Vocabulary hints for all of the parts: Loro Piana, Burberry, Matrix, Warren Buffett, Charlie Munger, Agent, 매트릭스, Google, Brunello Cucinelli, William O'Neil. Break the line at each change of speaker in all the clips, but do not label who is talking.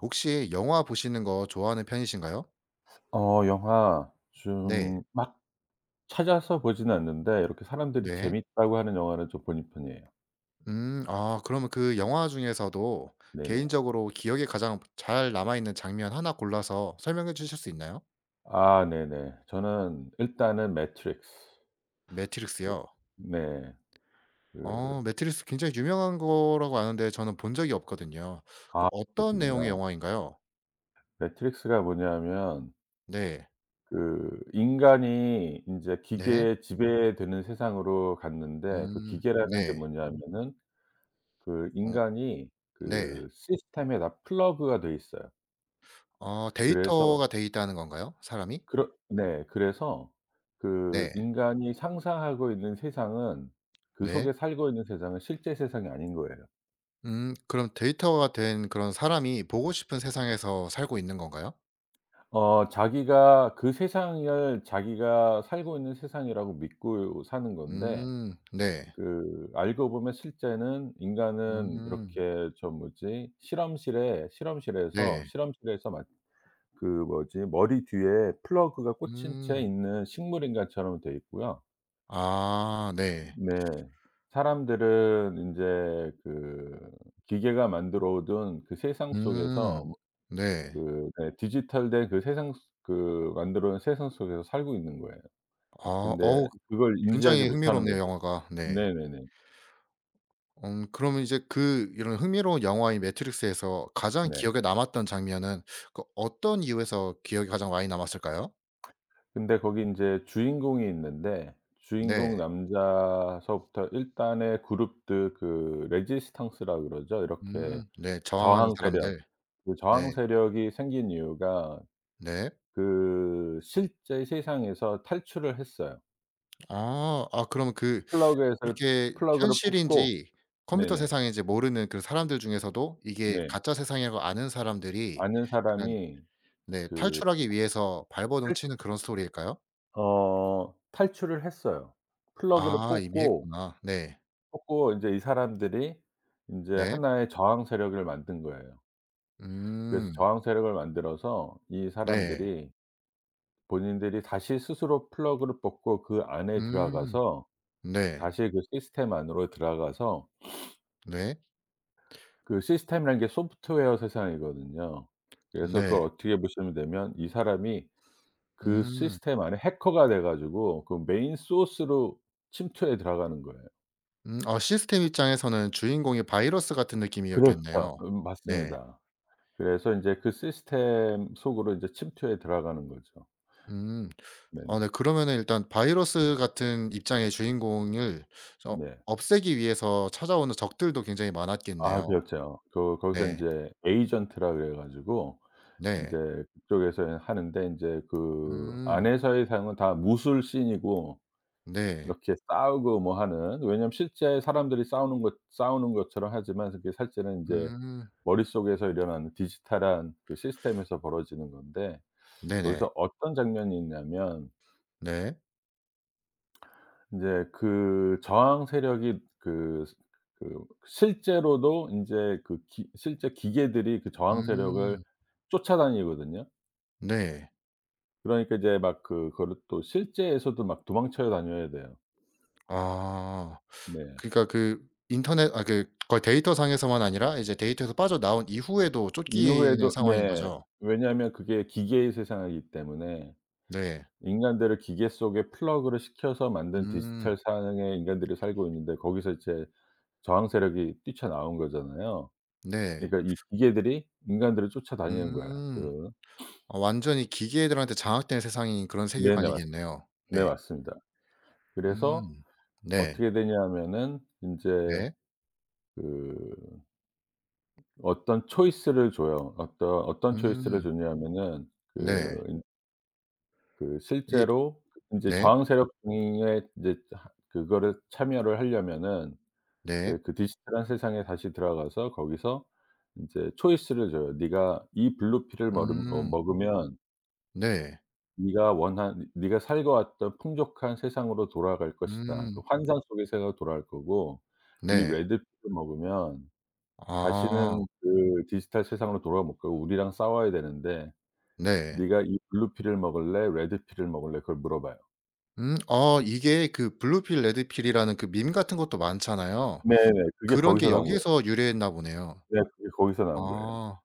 혹시 영화 보시는 거 좋아하는 편이신가요?
영화
네.
좀 막 찾아서 보지는 않는데 이렇게 사람들이
네.
재밌다고 하는 영화는 좀 보는 편이에요.
음. 아 그러면 그 영화 중에서도
네네.
개인적으로 기억에 가장 잘 남아 있는 장면 하나 골라서 설명해 주실 수 있나요?
아 네네. 저는 일단은 매트릭스. 그
매트릭스요?
네. 그
어 매트릭스 굉장히 유명한 거라고 아는데 저는 본 적이 없거든요. 그
아
어떤 내용의
그러시구나.
영화인가요?
매트릭스가 뭐냐면
네.
그 인간이 인제
네.
기계에 지배되는 세상으로 갔는데 그
음.
기계라는 게
네.
뭐냐면은 그
어
인간이
네.
그 시스템에 다 플러그가 돼 있어요.
어
그래서
데이터가 돼 있다는 건가요? 사람이?
그렇 네. 그래서 그
네.
인간이 상상하고 있는 세상은 그
네.
속에 살고 있는 세상은 실제 세상이 아닌 거예요.
그럼 데이터가 된 그런 사람이 보고 싶은 세상에서 살고 있는 건가요?
어 자기가 그 세상을 자기가 살고 있는 세상이라고 믿고 사는 건데
네.
그 알고 보면 실제는 인간은
음
이렇게 저 뭐지
네.
실험실에서 막 그 뭐지 머리 뒤에 플러그가 꽂힌 채
음.
있는 식물 인간처럼 돼 있고요.
아 네.
네. 사람들은 인제 그 기계가 만들어 오던 그 세상 속에서
음
뭐
네.
그네 디지털된 그 세상 속 그 만들어 온 세상 속에서 살고 있는 거예요.
아
근데
어우
그걸 인지하지
굉장히
못하는
흥미롭네요
거죠.
영화가. 네.
네네네.
그러면 이제 그 이런 흥미로운 영화인 매트릭스에서 가장
네.
기억에 남았던 장면은 그 어떤 이유에서 기억에 가장 많이 남았을까요?
근데 거기 인제 주인공이 있는데 주인공
네.
남자서부터 일단의 그룹들 그 레지스탕스라 그러죠. 이렇게
네 저항하는
저항 세력.
사람들.
그 저항
네.
세력이 생긴 이유가
네.
그 실제 세상에서 탈출을 했어요.
아. 아 그럼 그
플러그에서
이렇게
플러그를 뽑고
현실인지 컴퓨터
네네.
세상인지 모르는 그런 사람들 중에서도 이게
네.
가짜 세상이라고 아는 사람들이
아는
약간
사람이
네
그
탈출하기 위해서 발버둥
탈
치는 그런 스토리일까요?
어 탈출을 했어요. 플러그를
아 이미
뽑고
했구나. 네.
뽑고 인제 이 사람들이 인제
네.
하나의 저항 세력을 만든 거예요. 그래서
음.
저항 세력을 만들어서 이
네.
사람들이 본인들이 다시 스스로 플러그를 뽑고 그 안에
음.
들어가서
네.
다시 그 시스템 안으로 들어가서
네.
그 시스템이라는 게 소프트웨어 세상이거든요. 그래서 그걸
네.
어떻게 보시면 되면 이 사람이 그
음.
시스템 안에 해커가 돼 가지고 그 메인 소스로 침투해 들어가는 거예요.
아 시스템 입장에서는 주인공이 바이러스 같은
그렇죠.
느낌이었겠네요. 네.
맞습니다. 그래서 인제 그 시스템 속으로 인제 침투해 들어가는 거죠.
음. 아
네네.
네. 그러면은 일단 바이러스 같은 입장의 주인공을 어
네.
없애기 위해서 찾아오는 적들도 굉장히
아
많았겠네요.
그렇죠. 그 거기서
네.
인제 에이전트라 그래 가지고
네.
인제 그쪽에서 하는데 인제 그
음.
안에서의 사용은 다 무술 씬이고
네.
이렇게 싸우고 뭐 하는 왜냐면 실제 사람들이 싸우는 것처럼 하지만 그게 실제는 인제
음.
머릿속에서 일어나는 디지털한 그 시스템에서 벌어지는 건데
네네.
거기서 어떤 장면이 있냐면
네.
인제 그 저항 세력이 그 스 그 실제로도 인제 그 기 실제 기계들이 그 저항 세력을
음.
쫓아다니거든요.
네.
그러니까 이제 막 그거를 또 실제에서도 막 도망쳐 다녀야 돼요.
아.
네.
그러니까 그 인터넷 아 그 거의 데이터 상에서만 아니라 이제 데이터에서 빠져나온 이후에도 쫓기는
이후에도
상황인
네.
거죠?
왜냐하면 그게 기계의 세상이기 때문에
네.
인간들을 기계 속에 플러그를 시켜서 만든
음.
디지털 상황에 인간들이 살고 있는데 거기서 이제 저항 세력이 뛰쳐나온 거잖아요.
네.
그러니까 이 기계들이 인간들을 쫓아다니는 거야
음.
그
아 완전히 기계들한테 장악된 세상인 그런
네네. 맞습
세계관이겠네요.
네
네.
맞습니다. 그래서
음. 네.
어떻게 되냐 면은 인제
네.
그 어떤 초이스를 줘요. 어떤 초이스를
음.
줬냐 면은
네.
그 그
이게
실제로 이제
네.
저항 세력 중에 이제 하 그거를 참여를 하려면은 이제
네.
그 디지털한 세상에 다시 들어가서 거기서 인제 choice를 줘요. "네가 이 블루 필을 머름 어
음.
먹으면
네.
네가 살고왔던 풍족한 세상으로 돌아갈 것이다. 그
음.
환상 속의 세상으로 돌아갈 거고 이
네.
레드 필을 먹으면
아.
다시는 그 디지털 세상으로 돌아가 못 가고 우리랑 싸워야 되는데
네.
네가 이 블루 필을 먹을래? 레드 필을 먹을래?" 그걸 물어봐요.
음. 아 이게 그 블루 필 레드 필이라는 그 밈 같은 것도 많잖아요.
네네. 그게
그런 게
거기서 나온 거예요.
여기서 유래했나 보네요.
네 그게 거기서 나온 거예요.
아.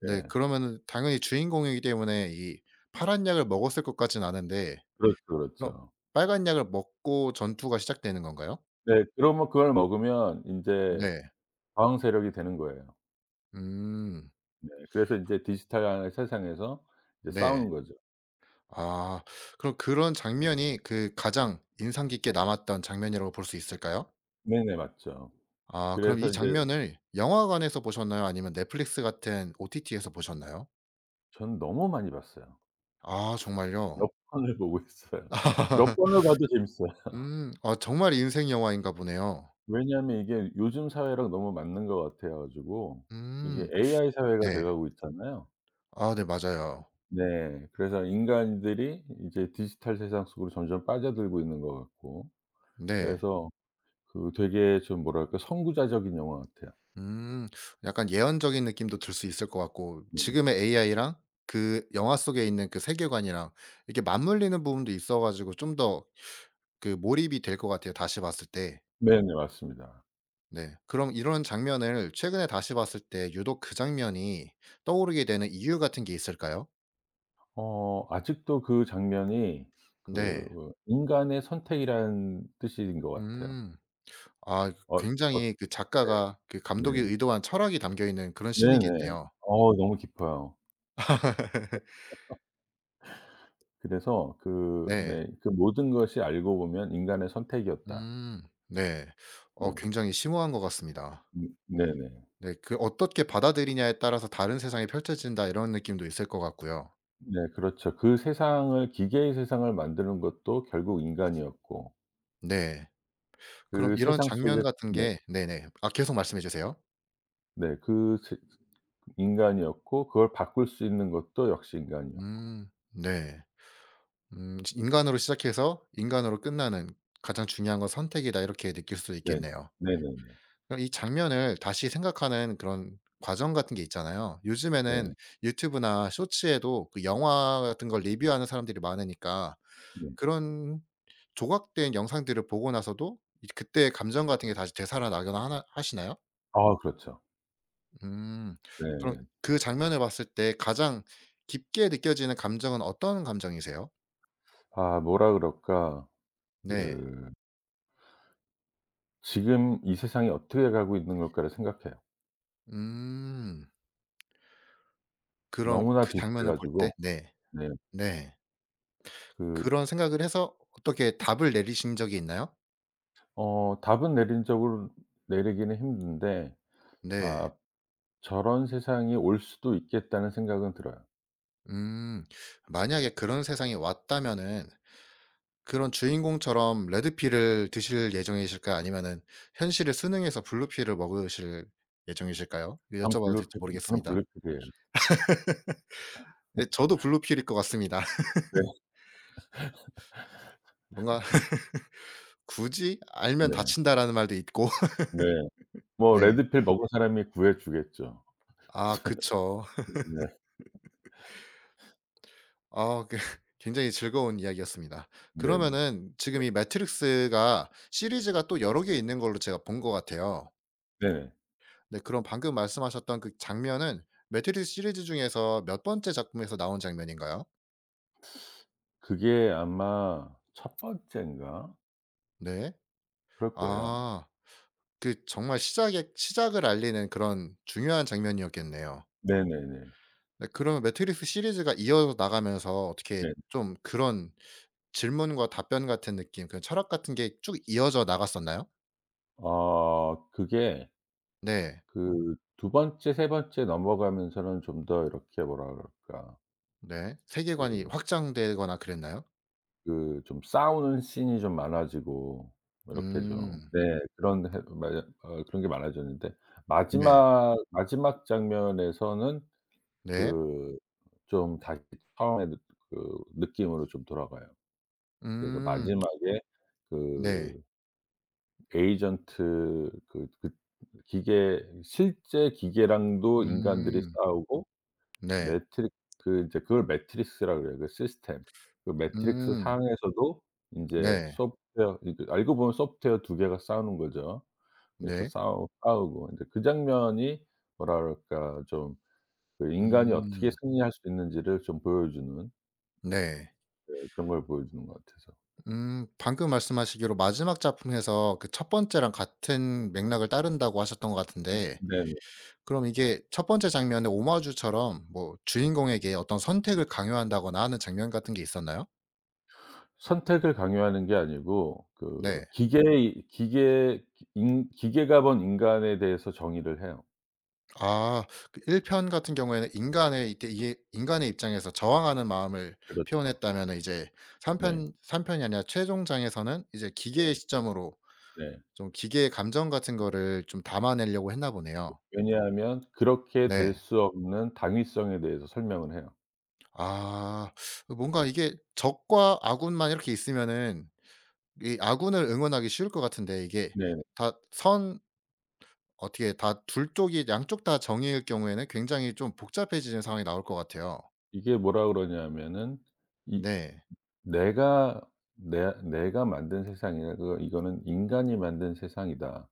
네.
네.
그러면은 당연히 주인공이기 때문에 이 파란 약을 먹었을 것 같진 않은데
그렇죠,
그럼
그렇죠.
빨간 약을 먹고 전투가 시작되는 건가요?
네. 그러면 그걸 먹으면 인제
네.
저항 세력이 되는 거예요.
음.
네. 그래서 인제 디지털 세상에서 이제
네.
싸우는 거죠.
아. 그럼 그런 장면이 그 가장 인상 깊게 남았던 장면이라고 볼 수 있을까요?
네네. 맞죠.
아 그럼
그래서
이
인제
장면을 영화관에서 보셨나요? 아니면 넷플릭스 같은 OTT에서 보셨나요?
전 너무 많이 봤어요.
아
몇
정말요?
번을 보고 있어요. 몇 번을 봐도 재밌어요.
아 정말 인생 영화인가 보네요.
왜냐하면 이게 요즘 사회랑 너무 맞는 것 같아 가지고 이게
음.
AI 사회가
네.
돼 가고 있잖아요.
아 네 맞아요.
네. 그래서 인간들이 이제 디지털 세상 속으로 점점 빠져들고 있는 것 같고
네.
그래서 그 되게 좀 뭐랄까 선구자적인 영화 같아요.
음. 약간 예언적인 느낌도 들 수 있을 것 같고
네네.
지금의 AI랑 그 영화 속에 있는 그 세계관이랑 이렇게 맞물리는 부분도 있어 가지고 좀더 그 몰입이 될 것 같아요 다시 봤을 때.
네네. 맞습니다.
네. 그럼 이런 장면을 최근에 다시 봤을 때 유독 그 장면이 떠오르게 되는 이유 같은 게 있을까요?
어 아직도 그 장면이
네.
그 인간의 선택이라는 뜻인 것 같아요.
음. 아
어 어
굉장히 그
네.
작가가 그
네.
감독이 의도한 철학이 담겨 있는 그런
네네.
씬이겠네요.
어우 너무 깊어요. 그래서 그
네.
네 그 모든 것이 알고 보면 인간의 선택이었다.
음. 네.
네.
어 굉장히 심오한 것 같습니다.
네네.
네. 그 어떻게 받아들이냐에 따라서 다른 세상이 펼쳐진다 이런 느낌도 있을 것 같고요.
네 그렇죠. 그 세상을 기계의 세상을 만드는 것도 결국 인간이었고
네. 그럼
그
이런
세상
장면
속에
같은
네.
게 네네. 아 계속 말씀해 주세요.
네 그 세 인간이었고 그걸 바꿀 수 있는 것도 역시 인간이었고.
네. 시 '인간으로 시작해서 인간으로 끝나는 가장 중요한 건 선택이다.' 이렇게 느낄 수도
네.
있겠네요.
네네네.
그럼 이 장면을 다시 생각하는 그런 과정 같은 게 있잖아요.
네.
요즘에는 유튜브나 쇼츠에도 그 영화 같은 걸 리뷰하는 사람들이 많으니까
네.
그런 조각된 영상들을 보고 나서도 이 그때의 감정 같은 게 다시 되살아나거나 하나 하시나요?
아 그렇죠.
음. 그럼
네.
그 장면을 봤을 때 가장 깊게 느껴지는 감정은 어떤 감정이세요?
아 뭐라 그럴까.
네.
그 '지금 이 세상이 어떻게 가고 있는 걸까.'를 생각해요.
음. 그런
너무나
그
비슷해
장면을 볼
가지고
때 네.
네
네.
그
그런 생각을 해서 어떻게 답을 내리신 적이 있나요?
어 답은 내린적으로 내리기는 힘든데
네.
아 '저런 세상이 올 수도 있겠다.'는 생각은 들어요.
음. 만약에 그런 세상이 왔다면은 그런 주인공처럼 레드필을 드실 예정이실까요? 아니면은 현실에 순응해서 블루필을 먹으실 예정이실까요? 이거
전
여쭤봐도 될지
블루필 저는
모르겠습니다.
블루필이에요.
네 저도 블루필일 것 같습니다.
네.
뭔가 '굳이 알면
네.
다친다.'라는 말도 있고.
네. 뭐
네.
레드필 먹은 사람이 구해 주겠죠.
아 그쵸.
네.
어 그 굉장히 즐거운 이야기였습니다.
네네.
그러면은
네.
지금 이 매트릭스가 시리즈가 또 여러 개 있는 걸로 제가 본 것 같아요.
네네.
네 그럼 방금 말씀하셨던 그 장면은 매트릭스 시리즈 중에서 몇 번째 작품에서 나온 장면인가요?
그게 아마 첫 번째인가
네.
그럴 거예요 아마.
아 그 정말 시작의 시작을 알리는 그런 중요한 장면이었겠네요.
네네네.
네 그러면 매트릭스 시리즈가 이어서 나가면서 어떻게
네.
좀 그런 질문과 답변 같은 느낌 그런 철학 같은 게 쭉 이어져 나갔었나요?
어 그게
네.
그 두 번째, 세 번째 넘어가면서는 좀 더 이렇게 뭐라 그럴까
네. 세계관이
그
확장되거나 그랬나요?
좀 싸우는 씬이 좀 많아지고 이렇게 좀
음.
네 그런 해 맞아 어 그런 게 많아졌는데
네.
마지막 장면에서는
네.
그 좀 다시 처음의 느 그 느낌으로 좀 돌아가요. 그래서
음.
마지막에
네.
그 에이전트 기계 실제 기계랑도 인간들이
음.
싸우고
네.
매트릭 그 이제 그걸 매트릭스라 그래요 그 시스템. 그 매트릭스
음.
상에서도 인제
네.
소프트웨어 이게 알고 보면 소프트웨어 두 개가 싸우는 거죠. 그래서
네.
싸우고 인제 그 장면이 뭐라 그럴까 좀 그 인간이 어떻게
음.
승리할 수 있는지를 좀 보여주는
네.
네 그런 걸 보여주는 것 같아서.
방금 말씀하시기로 마지막 작품에서 그 첫 번째랑 같은 맥락을 따른다고 하셨던 것 같은데
네네.
그럼 이게 첫 번째 장면에 오마주처럼 뭐 주인공에게 어떤 선택을 강요한다거나 하는 장면 같은 게 있었나요?
선택을 강요하는 게 아니고 그
네.
기계의 기계 기 인 기계가 본 인간에 대해서 정의를 해요.
아. 그 1 편 같은 경우에는 인간의 이때 이게 인간의 입장에서 저항하는 마음을
그렇죠.
표현했다면은 이제 3
네.
편삼 편이 아니라 최종장에서는 이제 기계의
네.
시점으로
네.
좀 기계의 감정 같은 거를 좀 담아내려고 했나 보네요.
왜냐하면 그렇게 될
네.
수 없는 당위성에 대해서 설명을 해요.
아. 그 뭔가 이게 적과 아군만 이렇게 있으면은 이 아군을 응원하기 쉬울 것 같은데 이게
네네.
다 선 어떻게 다 둘 쪽이 양쪽 다 정의일 경우에는 굉장히 좀 복잡해지는 상황이 나올 것 같아요.
이게 뭐라 그러냐면은 이
네.
"내가 내가 만든 세상이 냐그 이거는 인간이 만든 세상이다.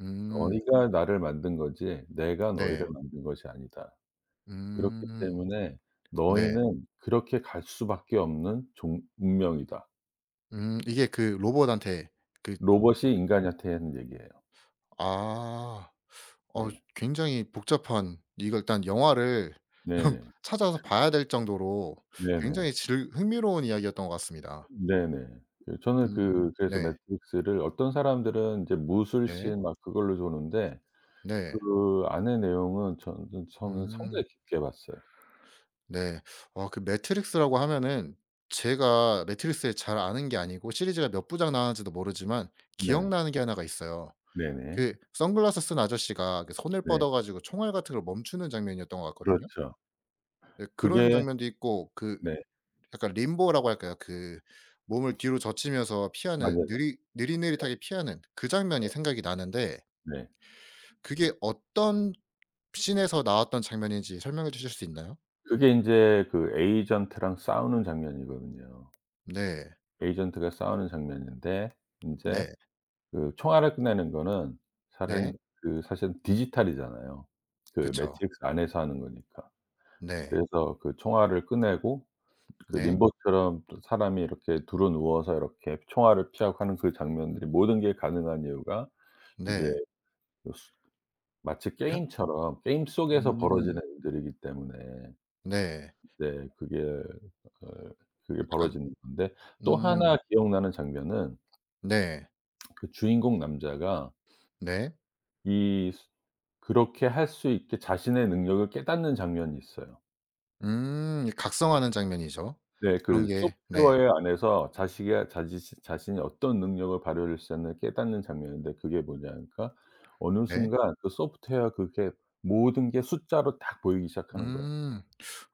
음.
너희가 나를 만든 거지 내가 너희를
네.
만든 것이 아니다. 그렇기
음.
때문에
네.
너희는 그렇게 갈 수밖에 없는 종 운명이다."
이게 그 로봇한테 그
로봇이 인간한테 하는 얘기예요.
아. 어
네.
굉장히 복잡한 이걸 일단 영화를 좀
네네.
찾아서 봐야 될 정도로
네네.
굉장히 즐 흥미로운 이야기였던 것 같습니다.
네네. 그 저는
음.
그 그래서
네.
매트릭스를 어떤 사람들은 이제
네.
무술씬 막 그걸로 조는데
네.
그 안의 내용은 저는
음.
상당히 깊게 봤어요.
네. 어 그 매트릭스라고 하면은 제가 매트릭스를 잘 아는 게 아니고 시리즈가 몇 부작 나왔는지도 모르지만
네.
기억나는 게 하나가 있어요.
네네.
그 선글라스 쓴 아저씨가 그 손을
네.
뻗어 가지고 총알 같은 걸 멈추는 장면이었던 것 같거든요.
그렇죠.
네, 그런
그게
장면도 있고 그
네.
약간 림보라고 할까요? 그 몸을 뒤로 젖히면서
맞아요.
피하는 느리 느릿느릿하게 피하는 그 장면이 생각이 나는데
네.
그게 어떤 씬에서 나왔던 장면인지 설명해 주실 수 있나요?
그게 인제 그 에이전트랑 싸우는 장면이거든요.
네.
에이전트가 싸우는 장면인데 인제
네.
그 총알을 끝내는 거는 사실은
네.
그 사실은 디지털이잖아요. 그
그쵸.
매트릭스 안에서 하는 거니까.
네.
그래서 그 총알을 꺼내고 그
네.
림보처럼 또 사람이 이렇게 두루 누워서 이렇게 총알을 피하고 하는 그 장면들이 모든 게 가능한 이유가 인제
네.
그 수 마치
혀
게임처럼 게임 속에서
음.
벌어지는 일들이기 때문에
네.
네 그게 어 그게
약간
벌어지는 건데 또
음.
하나 기억나는 장면은
네.
그 주인공 남자가
네.
이 수 그렇게 할 수 있게 자신의 능력을 깨닫는 장면이 있어요.
음. 각성하는 장면이죠.
네.
그런
그
게 네.
소프트웨어 안에서 자식이 자지 자신이 어떤 능력을 발휘할 수 있는 깨닫는 장면인데 그게 뭐냐니까 어느
네.
순간 그 소프트웨어 그게 모든 게 숫자로 딱 보이기 시작하는 거예요.
음.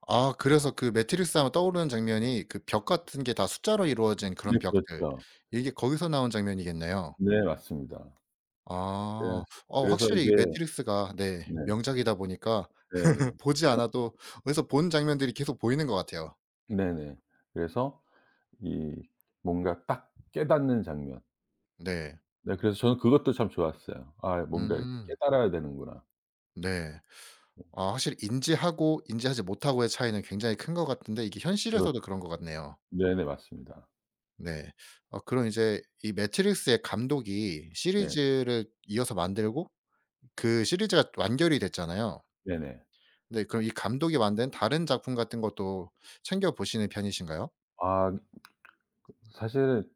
아 그래서 그 매트릭스 하면 떠오르는 장면이 그 벽 같은 게 다 숫자로 이루어진
네.
그런 벽들
그렇죠.
이게 거기서 나온 장면이겠네요.
네. 맞습니다. 그래서
아. 어
그래서
확실히 이
이게
매트릭스가 네
네.
명작이다 보니까
네네.
보지 않아도 어디서 본 장면들이 계속 보이는 것 같아요.
네네. 그래서 이 뭔가 딱 깨닫는 장면.
네.
네. 그래서 저는 그것도 참 좋았어요. '아 뭔가 이렇게
음.
깨달아야 되는구나.'
네.
네.
아 확실히 인지하고 인지하지 못하고의 차이는 굉장히 큰 것 같은데 이게
그렇
현실에서도 그런 것 같네요.
네네. 맞습니다.
네. 어 그런 이제 이 매트릭스의 감독이
네.
시리즈를 이어서 만들고 그 시리즈가 완결이 됐잖아요.
네네.
네 그럼 이 감독이 만든 다른 작품 같은 것도 챙겨 보시는 편이신가요?
아 사실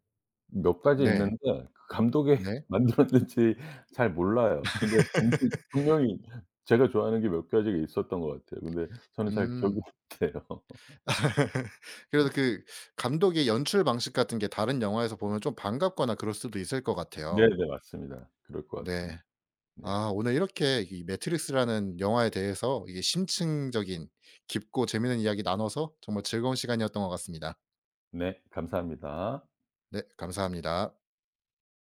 몇 가지
네.
있는데 그 감독이
네.
만들었는지 잘 몰라요. 근데 분 분 명히 제가 좋아하는 게 몇 가지가 있었던 것 같아요. 근데 저는 잘 기억이
음.
못해요.
그래서 그 감독의 연출 방식 같은 게 다른 영화에서 보면 좀 반갑거나 그럴 수도 있을 것 같아요.
네네. 맞습니다. 그럴 것
네.
같습니다. 네.
아 오늘 이렇게 이 매트릭스라는 영화에 대해서 이게 심층적인 깊고 재밌는 이야기 나눠서 정말 즐거운 시간이었던 것 같습니다.
네. 감사합니다.
네, 감사합니다.